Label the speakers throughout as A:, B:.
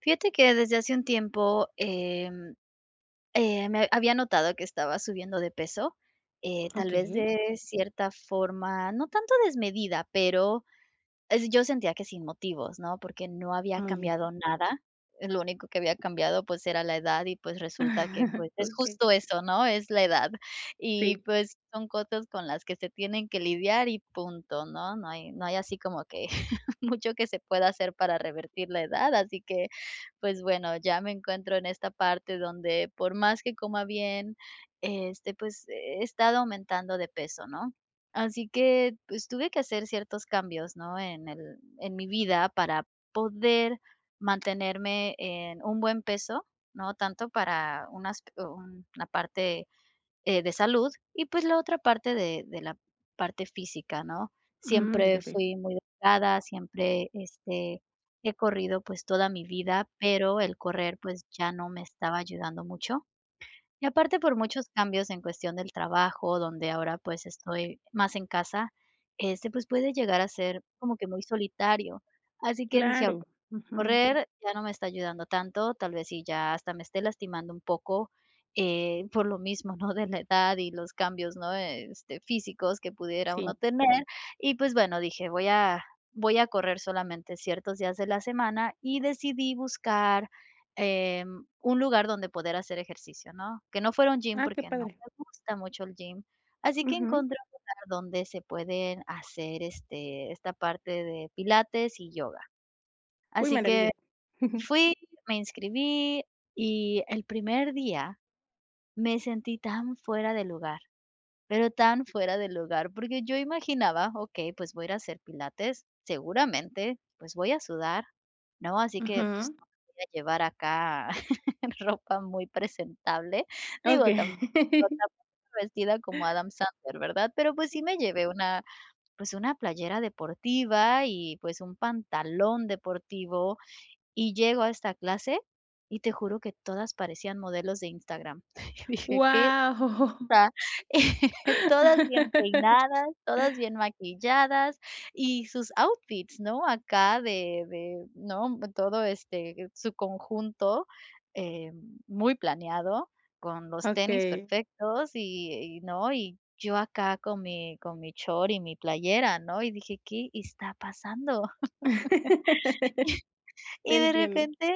A: Fíjate que desde hace un tiempo, me había notado que estaba subiendo de peso, tal vez
B: Okey,
A: de cierta forma, no tanto desmedida, pero es yo sentía que sin motivos, ¿no? Porque no había
B: muy bien.
A: cambiado nada. Lo único que había cambiado, pues, era la edad y, pues, resulta que, pues, es
B: Okey,
A: justo eso, ¿no? Es la edad. Y,
B: sí.
A: pues, son cosas con las que se tienen que lidiar y punto, ¿no? No hay así como que mucho que se pueda hacer para revertir la edad, así que, pues bueno, ya me encuentro en esta parte donde por más que coma bien, pues he estado aumentando de peso, ¿no? Así que, pues tuve que hacer ciertos cambios, ¿no? En mi vida para poder mantenerme en un buen peso, ¿no? Tanto para una parte de salud, y pues la otra parte de la parte física, ¿no?
B: Mm,
A: Siempre
B: ya veo.
A: fui muy delgada, siempre, he corrido, pues, toda mi vida, pero el correr, pues, ya no me estaba ayudando mucho. Y aparte por muchos cambios en cuestión del trabajo, donde ahora, pues, estoy más en casa, pues, puede llegar a ser como que muy solitario. Así que dije:
B: Claro,
A: "Okey,
B: ujú,
A: correr ya no me está ayudando tanto, tal vez sí ya hasta me esté lastimando un poco", por lo mismo, ¿no?, de la edad y los cambios, ¿no?, físicos que pudiera uno
B: sí.
A: tener. Y, pues, bueno, dije: "Voy a correr solamente ciertos días de la semana", y decidí buscar, em, un lugar donde poder hacer ejercicio, ¿no? Que no fuera un gym,
B: Ah, qué
A: porque no
B: padre.
A: me gusta mucho el gym. Así que
B: Ujú.
A: encontré un lugar donde se pueden hacer, esta parte de pilates y yoga.
B: Uy,
A: Así que
B: maravilloso.
A: fui, me inscribí y el primer día me sentí tan fuera de lugar. Pero tan fuera del lugar, porque yo imaginaba, okey, pues voy a ir a hacer pilates, seguramente, pues voy a sudar, ¿no? Así que, pues,
B: Ujú.
A: no me voy a llevar acá ropa muy presentable. Digo,
B: Okey.
A: tampoco vestida como Adam Sandler, ¿verdad? Pero, pues, sí me llevé una, pues, una playera deportiva y, pues, un pantalón deportivo, y llego a esta clase, y te juro que todas parecían modelos de Instagram. Y dije: "¿Qué
B: Guau.
A: Todas bien peinadas, todas bien maquilladas y sus outfits, ¿no? Acá de, ¿no? Todo, su conjunto, eh, muy planeado, con los tenis
B: Okey.
A: perfectos y, ¿no? Y yo acá con mi short y mi playera, ¿no? Y dije: "¿Qué está pasando?".
B: Te
A: Y de
B: entiendo.
A: repente,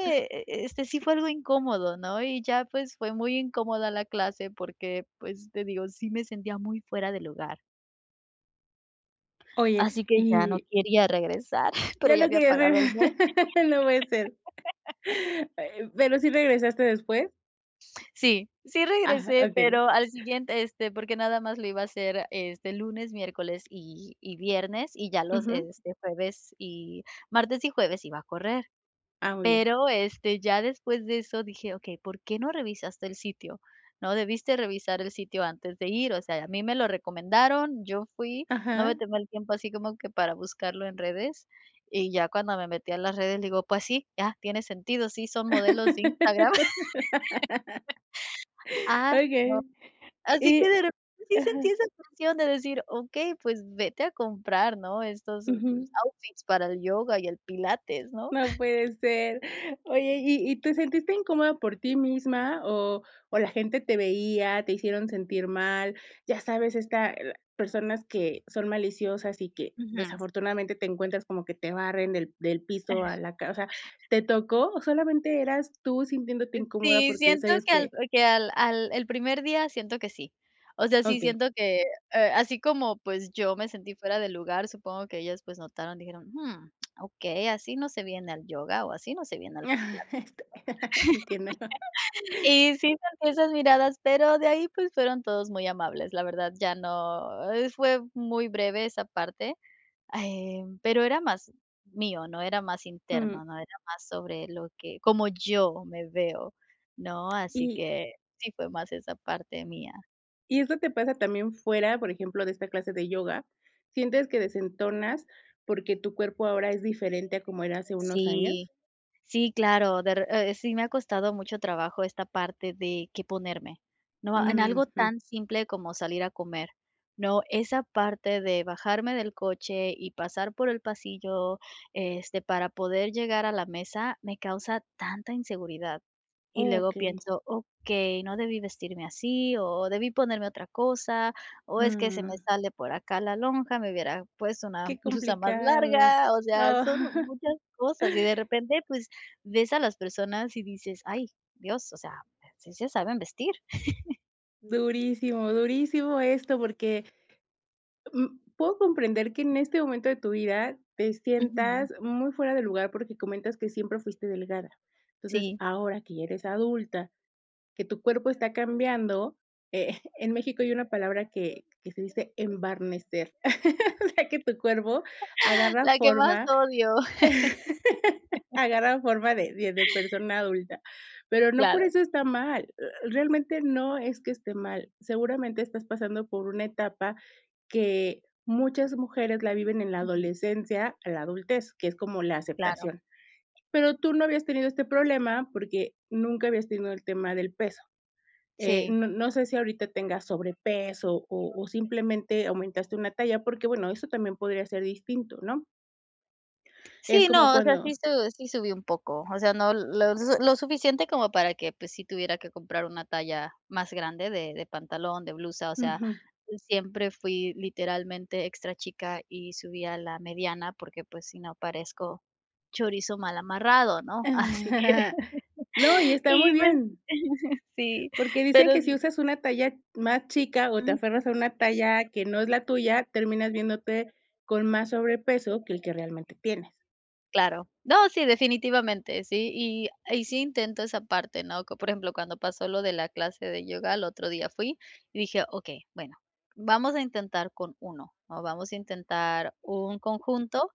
A: sí fue algo incómodo, ¿no? Y ya, pues, fue muy incómoda la clase porque, pues, te digo, sí me sentía muy fuera de lugar.
B: Oye,
A: Así que ya no
B: y
A: quería regresar, pero
B: ya
A: ya
B: no
A: había
B: quería
A: pagado el
B: regresar.
A: mes.
B: No puede ser. ¿Pero sí regresaste después?
A: Sí, sí
B: Ah,
A: regresé,
B: okey.
A: pero al siguiente, porque nada más lo iba a hacer, lunes, miércoles y viernes, y ya los,
B: Ujú.
A: jueves y martes y jueves iba a correr.
B: Ah, muy bien.
A: Pero, ya después de eso dije: "Okey, ¿por qué no revisaste el sitio?", ¿no? Debiste revisar el sitio antes de ir, o sea, a mí me lo recomendaron, yo fui, no me
B: Ajá.
A: tomé el tiempo así como que para buscarlo en redes, y ya cuando me metí a las redes digo: "Pues sí, ah, tiene sentido, sí son modelos de Instagram". Ah, no.
B: Okay,
A: Así que
B: y
A: de repente sí sentí
B: ajá,
A: esa presión de decir: "Okey, pues vete a comprar", ¿no? Estos, pues,
B: ujú.
A: outfits para el yoga y el pilates, ¿no?
B: No puede ser. Oye, ¿y te sentiste incómoda por ti misma o la gente te veía, te hicieron sentir mal? Ya sabes, esta personas que son maliciosas y que
A: Ujú.
B: desafortunadamente te encuentras como que te barren del piso a la casa. O sea, ¿te tocó o solamente eras tú sintiéndote incómoda
A: Sí,
B: porque
A: siento
B: sabías
A: que al
B: que?
A: que al al el primer día siento que sí. O sea, sí
B: Okey.
A: siento que, así como, pues, yo me sentí fuera de lugar, supongo que ellas, pues, notaron, dijeron: "Mm, okey, así no se viene al yoga o así no se viene al
B: Entiendo.
A: Y sí sentí esas miradas, pero de ahí, pues, fueron todos muy amables, la verdad, ya no, fue muy breve esa parte, pero era más mío, no era más
B: Mm.
A: interno, no era más sobre lo que como yo me veo, ¿no? Así
B: Y
A: que sí fue más esa parte mía.
B: y eso te pasa también fuera, por ejemplo, de esta clase de yoga, ¿sientes que desentonas porque tu cuerpo ahora es diferente a como era hace unos
A: Sí,
B: años?
A: sí, claro, de re sí me ha costado mucho trabajo esta parte de qué ponerme, ¿no? En algo
B: Ujú,
A: tan simple como salir a comer, ¿no? Esa parte de bajarme del coche y pasar por el pasillo, para poder llegar a la mesa, me causa tanta inseguridad. Y luego
B: okey,
A: pienso: "Okey, no debí vestirme así, o debí ponerme otra cosa, o es que se me
B: mm,
A: sale por acá la lonja, me hubiera puesto una
B: qué
A: blusa más
B: complicado.
A: larga", o sea,
B: Oh,
A: son muchas cosas, y de repente, pues, ves a las personas y dices: "Ay, Dios, o sea, sí se saben vestir".
B: durísimo, durísimo esto, porque, mm, puedo comprender que en este momento de tu vida te
A: Ujú.
B: sientas muy fuera de lugar porque comentas que siempre fuiste delgada. Entonces,
A: Sí.
B: ahora que ya eres adulta, que tu cuerpo está cambiando. Eh, en México hay una palabra que se dice embarnecer, o sea, que tu cuerpo agarra
A: La que más
B: forma,
A: odio.
B: agarra forma de persona adulta, pero no por
A: Claro.
B: eso está mal, realmente no es que esté mal, seguramente estás pasando por una etapa que muchas mujeres la viven en la
A: Ujú,
B: adolescencia a la adultez, que es como la
A: claro.
B: aceptación, pero tú no habías tenido este problema porque nunca habías tenido el tema del peso.
A: Sí.
B: No sé si ahorita tengas sobrepeso o simplemente aumentaste una talla, porque, bueno, eso también podría ser distinto, ¿no? Es
A: Sí,
B: como
A: no, o sea,
B: cuando
A: sí subí un poco. O sea, no lo suficiente como para que, pues, sí tuviera que comprar una talla más grande de pantalón, de blusa, o sea,
B: ujú.
A: siempre fui literalmente extra chica y subí a la mediana porque, pues, si no parezco chorizo mal amarrado, ¿no? Así que
B: No, y está muy
A: y pues
B: bien,
A: sí,
B: porque dicen
A: pero
B: que si
A: sí,
B: usas una talla más chica o te
A: ujú,
B: aferras a una talla que no es la tuya, terminas viéndote con más sobrepeso que el que realmente tienes.
A: claro. No, sí, definitivamente, sí, y sí intento esa parte, ¿no? Que, por ejemplo, cuando pasó lo de la clase de yoga, el otro día fui y dije: "Okey, bueno, vamos a intentar con uno o vamos a intentar un conjunto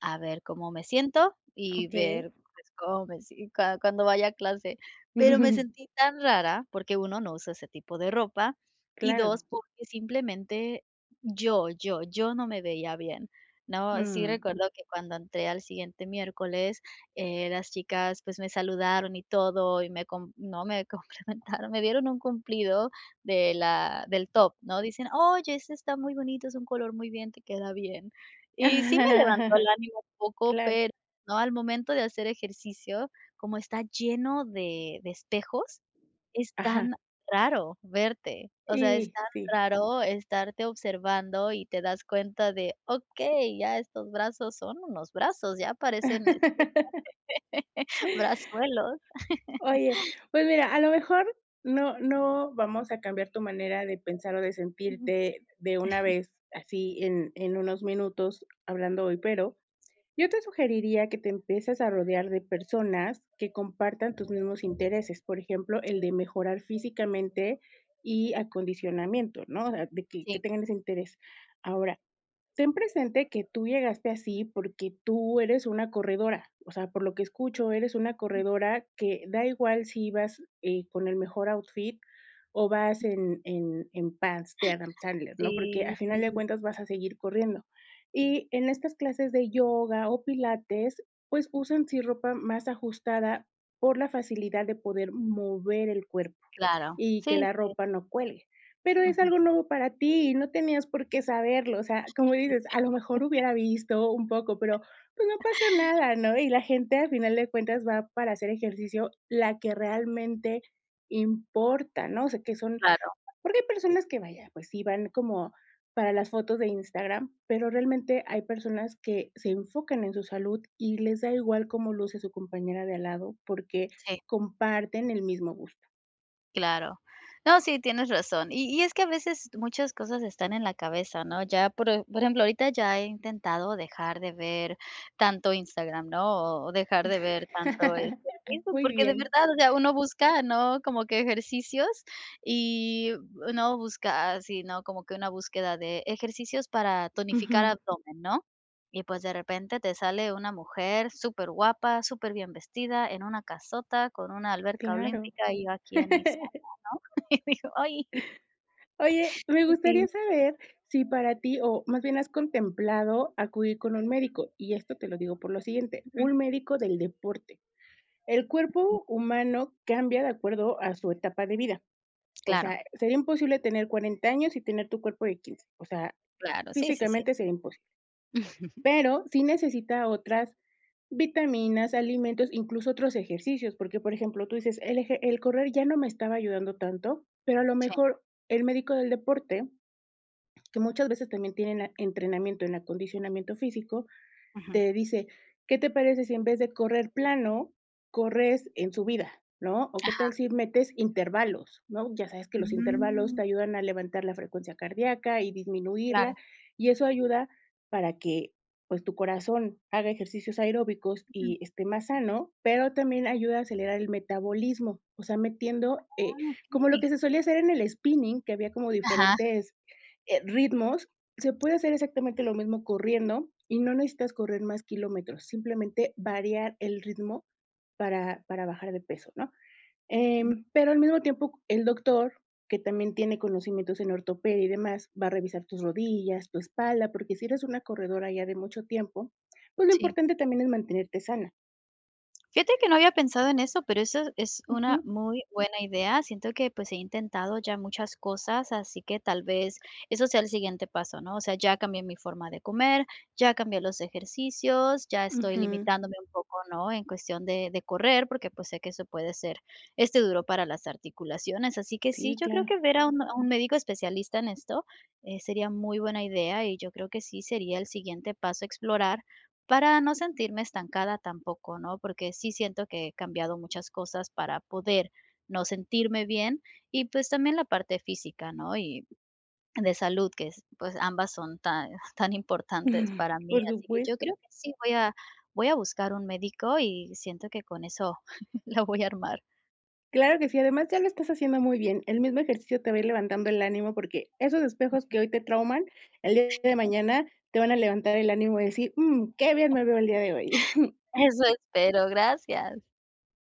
A: a ver cómo me siento y
B: Okey.
A: ver, pues, cómo me si cuando vaya a clase. Pero me sentí tan rara, porque uno no usa ese tipo de ropa, y 2
B: Claro.
A: porque simplemente yo no me veía bien, ¿no? Sí
B: Mm.
A: recuerdo que cuando entré al siguiente miércoles, las chicas, pues, me saludaron y todo, y me com no, me complementaron, me dieron un cumplido de la del top, ¿no? Dicen: "Oye, ese está muy bonito, es un color muy bien, te queda bien". Y sí me levantó el ánimo un poco,
B: Claro.
A: pero no, al momento de hacer ejercicio, como está lleno de espejos, es tan
B: Ajá.
A: raro verte. O sea, es
B: Y
A: tan
B: sí.
A: raro estarte observando y te das cuenta de, okey, ya estos brazos son unos brazos, ya parecen, brazuelos.
B: Oye, pues mira, a lo mejor no vamos a cambiar tu manera de pensar o de
A: Ujú.
B: sentirte de una vez, así en unos minutos hablando hoy, pero yo te sugeriría que te empieces a rodear de personas que compartan tus mismos intereses, por ejemplo, el de mejorar físicamente y acondicionamiento, ¿no? O sea, de que
A: Sí.
B: tengan ese interés. Ahora, ten presente que tú llegaste así porque tú eres una corredora, o sea, por lo que escucho, eres una
A: Ujú.
B: corredora que da igual si vas, con el mejor outfit o vas en pants de Adam Sandler, ¿no? Porque
A: Sí,
B: a
A: sí,
B: final de
A: sí,
B: cuentas vas a seguir corriendo. Y en estas clases de yoga o pilates, pues usan sí ropa más ajustada por la facilidad de poder mover el cuerpo
A: claro.
B: y que
A: Sí,
B: la
A: sí.
B: ropa no cuelgue. Pero es
A: Ujú.
B: algo nuevo para ti y no tenías por qué saberlo, o sea, como dices, a lo mejor hubiera visto un poco, pero, pues, no pasó nada, ¿no? Y la gente, al final de cuentas, va para hacer ejercicio la que realmente importa, ¿no? O sea, que son
A: Claro,
B: porque hay personas que, vaya, pues sí, van como para las fotos de Instagram, pero realmente hay personas que se enfocan en su salud y les da igual cómo luce su compañera de al lado, porque
A: sí.
B: comparten el mismo gusto.
A: Claro. No, sí, tienes razón. Y es que a veces muchas cosas están en la cabeza, ¿no? Ya, por ejemplo, ahorita ya he intentado dejar de ver tanto Instagram, ¿no? O dejar de ver tanto, Facebook,
B: Muy
A: porque de
B: bien.
A: verdad, o sea, uno busca, ¿no? Como que ejercicios y uno busca así, ¿no? Como que una búsqueda de ejercicios para tonificar
B: Ujú.
A: abdomen, ¿no? Y, pues, de repente te sale una mujer superguapa, superbién vestida, en una casota, con una alberca
B: Claro.
A: olímpica, y yo aquí en mis ¿no? Y digo: "Ay,
B: Oye, me
A: sí".
B: gustaría saber si para ti, o más bien has contemplado acudir con un médico, y esto te lo digo por lo siguiente,
A: Ujú.
B: un médico del deporte. El cuerpo humano cambia de acuerdo a su etapa de vida. O
A: Claro,
B: sea, sería imposible tener 40 años y tener tu cuerpo de 15. O sea,
A: claro, sí, sí, sí.
B: físicamente sería imposible. Pero sí necesita otras vitaminas, alimentos, incluso otros ejercicios, porque, por ejemplo, tú dices: "El eje el correr ya no me estaba ayudando tanto", pero a lo
A: Sí.
B: mejor el médico del deporte, que muchas veces también tienen a entrenamiento en acondicionamiento físico,
A: Ujú.
B: te dice: "¿Qué te parece si en vez de correr plano, corres en subida?", ¿no? O, ¿qué tal si metes intervalos?, ¿no? Ya sabes que los intervalos
A: Mm,
B: te ayudan a levantar la frecuencia cardíaca y
A: claro.
B: disminuirla, y eso ayuda para que, pues, tu corazón haga ejercicios aeróbicos
A: Ujú.
B: y esté más sano, pero también ayuda a acelerar el metabolismo, o sea, metiendo,
A: Ah,
B: como lo
A: okey.
B: que se solía hacer en el spinning, que había como
A: Ajá.
B: diferentes, ritmos se puede hacer exactamente lo mismo corriendo y no necesitas correr más kilómetros, simplemente variar el ritmo para bajar de peso, ¿no?
A: Mm,
B: Pero al mismo tiempo, el doctor, que también tiene conocimientos en ortopedia y demás, va a revisar tus rodillas, tu espalda, porque si eres una corredora ya de mucho tiempo, pues lo
A: sí.
B: importante también es mantenerte sana.
A: Fíjate que no había pensado en eso, pero eso es
B: Ujú,
A: una muy buena idea. Siento que pues he intentado ya muchas cosas, así que tal vez eso sea el siguiente paso, ¿no? O sea, ya cambié mi forma de comer, ya cambié los ejercicios, ya estoy
B: ujú.
A: limitándome un poco, ¿no? En cuestión de correr, porque pues sé que eso puede ser duro para las articulaciones. Así que sí,
B: Sí,
A: yo creo
B: claro.
A: que ver a a un médico especialista en esto sería muy buena idea y yo creo que sí sería el siguiente paso explorar para no sentirme estancada tampoco, ¿no? Porque sí siento que he cambiado muchas cosas para poder no sentirme bien y pues también la parte física, ¿no? Y de salud, que es, pues ambas son tan, tan importantes para mí.
B: Por
A: Así que yo
B: supuesto.
A: creo que sí voy a buscar un médico y siento que con eso la voy a armar.
B: Claro que sí, además ya lo estás haciendo muy bien. El mismo ejercicio te va a ir levantando el ánimo porque esos espejos que hoy te trauman, el día de mañana te van a levantar el ánimo y decir: "Mm, qué bien me veo el día de hoy".
A: Eso espero, gracias.